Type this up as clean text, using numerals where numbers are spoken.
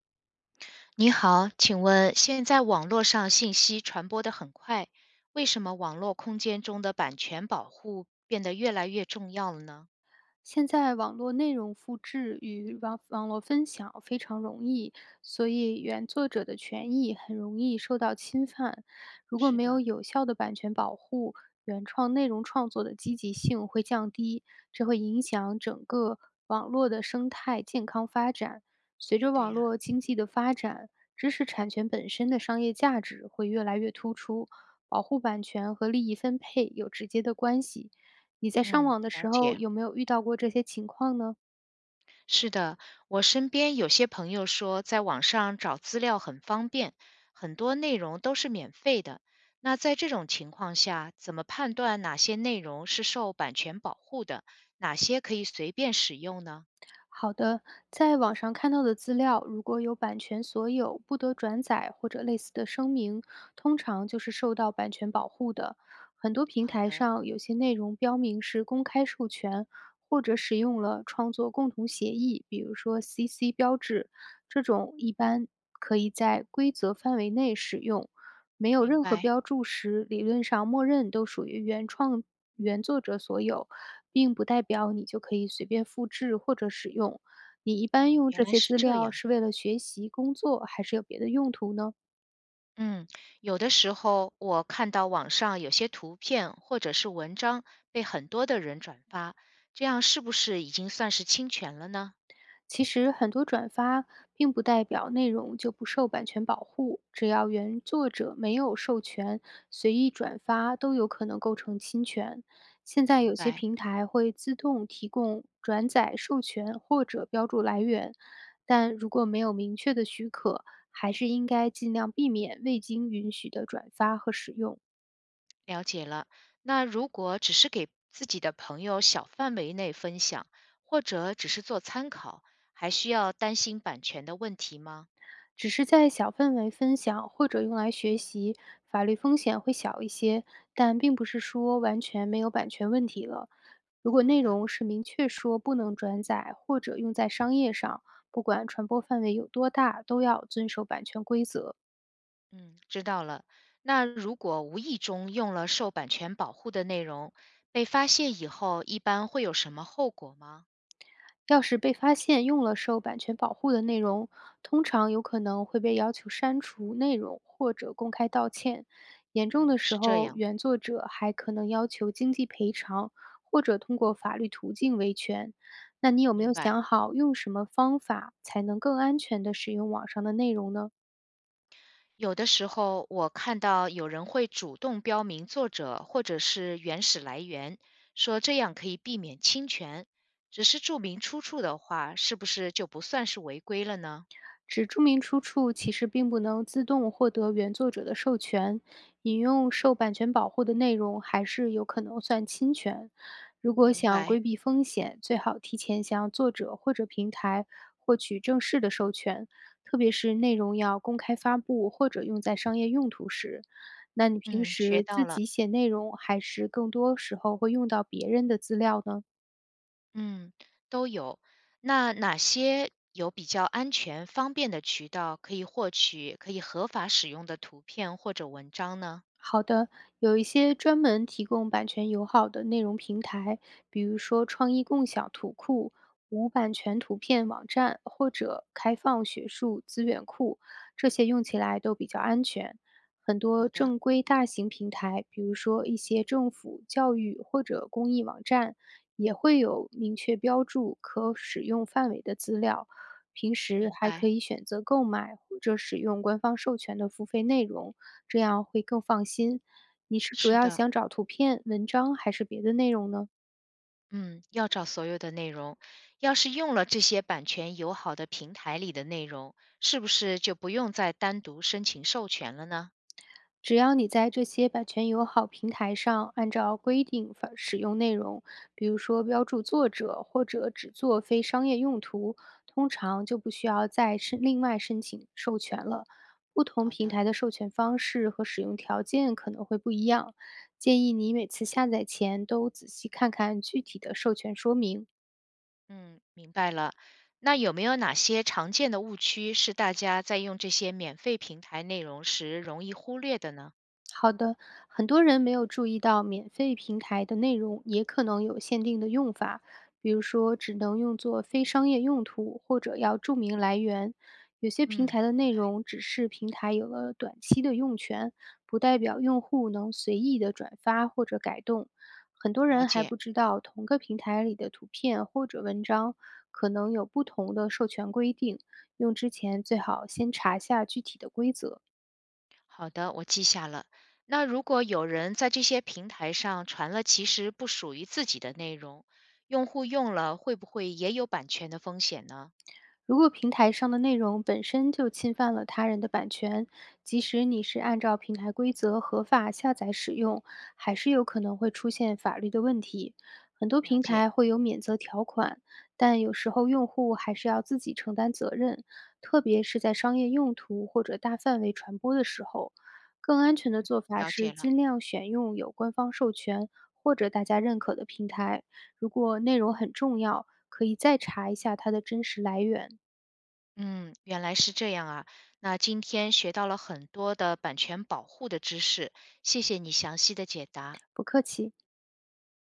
你好，请问现在网络上信息传播的很快，为什么网络空间中的版权保护变得越来越重要了呢？现在网络内容复制与网络分享非常容易，所以原作者的权益很容易受到侵犯。如果是没有的，有效的版权保护，原创内容创作的积极性会降低，这会影响整个网络的生态健康发展。随着对网呀，络经济的发展，知识产权本身的商业价值会越来越突出，保护版权和利益分配有直接的关系。你在上嗯，网的了时候解。有没有遇到过这些情况呢？是的，我身边有些朋友说，在网上找资料很方便，很多内容都是免费的。那在这种情况下，怎么判断哪些内容是受版权保护的，哪些可以随便使用呢？好的，在网上看到的资料，如果有版权所有、不得转载或者类似的声明，通常就是受到版权保护的。很多平好台的，上有些内容标明是公开授权，或者使用了创作共同协议，比如说 CC 标志，这种一般可以在规则范围内使用。没有明任何白。标注时，理论上默认都属于原创原作者所有，并不代表你就可以随便复制或者使用。你一般哦，用原这来些是资这料样。是为了学习、工作，还是有别的用途呢？嗯，有的时候我看到网上有些图片或者是文章被很多的人转发，这样是不是已经算是侵权了呢？其实很多转发并不代表内容就不受版权保护，只要原作者没有授权，随意转发都有可能构成侵权。现在明有些白，平台会自动提供转载授权或者标注来源，但如果没有明确的许可，还是应该尽量避免未经允许的转发和使用。了解了。那如果只是给自己的朋友小范围内分享，或者只是做参考，还需要担心版权的问题吗？只是在小范围分享或者用来学习，法律风险会小一些，但并不是说完全没有版权问题了。如果好内的，容是明确说不能转载或者用在商业上，不管传播范围有多大，都要遵守版权规则。嗯，知道了。那如果无意中用了受版权保护的内容，被发现以后，一般会有什么后果吗？要是被发现用了受版权保护的内容，通常有可能会被要求删除内容或者公开道歉。严重哦，的时是这候，样，原作者还可能要求经济赔偿，或者通过法律途径维权。那你有没明有白。想好用什么方法才能更安全地使用网上的内容呢？有的时候我看到有人会主动标明作者或者是原始来源，说这样可以避免侵权。只是注明出处的话，是不是就不算是违规了呢？只注明出处其实并不能自动获得原作者的授权，引用受版权保护的内容还是有可能算侵权。如果明想白，规避风险，最好提前向作者或者平台获取正式的授权，特别是内容要公开发布或者用在商业用途时。那你平嗯，学时到自了，己写内容，还是更多时候会用到别人的资料呢？嗯，都有。那哪些有比较安全、方便的渠道可以获取可以合法使用的图片或者文章呢？好的，有一些专门提供版权友好的内容平台，比如说创意共享图库、无版权图片网站或者开放学术资源库，这些用起来都比较安全。很多好的，正规大型平台，比如说一些政府、教育或者公益网站，也会有明确标注可使用范围的资料，平时明还白，可以选择购买或者使用官方授权的付费内容，这样会更放心。你是主是要的。想找图片、文章还是别的内容呢？嗯，要找所有的内容，要是用了这些版权友好的平台里的内容，是不是就不用再单独申请授权了呢？只要你在这些版权友好平台上按照规定发使用内容，比如说标注作者或者只做非商业用途，通常就不需要再另外申请授权了。不同好平的，台的授权方式和使用条件可能会不一样，建议你每次下载前都仔细看看具体的授权说明。嗯，明白了。那有没有哪些常见的误区是大家在用这些免费平台内容时容易忽略的呢？好的，很多人没有注意到免费平台的内容也可能有限定的用法，比如说只能用作非商业用途，或者要注明来源。有些平嗯，台的明内白，容只是平台有了短期的用权，不代表用户能随意的转发或者改动。很多了人还解。不知道同个平台里的图片或者文章可能有不同的授权规定，用之前最好先查下具体的规则。好的，我记下了。那如果有人在这些平台上传了其实不属于自己的内容，用户用了会不会也有版权的风险呢？如果平台上的内容本身就侵犯了他人的版权，即使你是按照平台规则合法下载使用，还是有可能会出现法律的问题。很多了平解，台会有免责条款，但有时候用户还是要自己承担责任，特别是在商业用途或者大范围传播的时候。更安全的做法了是解了。尽量选用有官方授权或者大家认可的平台。如果内容很重要，可以再查一下它的真实来源。嗯，原来是这样啊。那今天学到了很多的版权保护的知识，谢谢你详细的解答。不客气。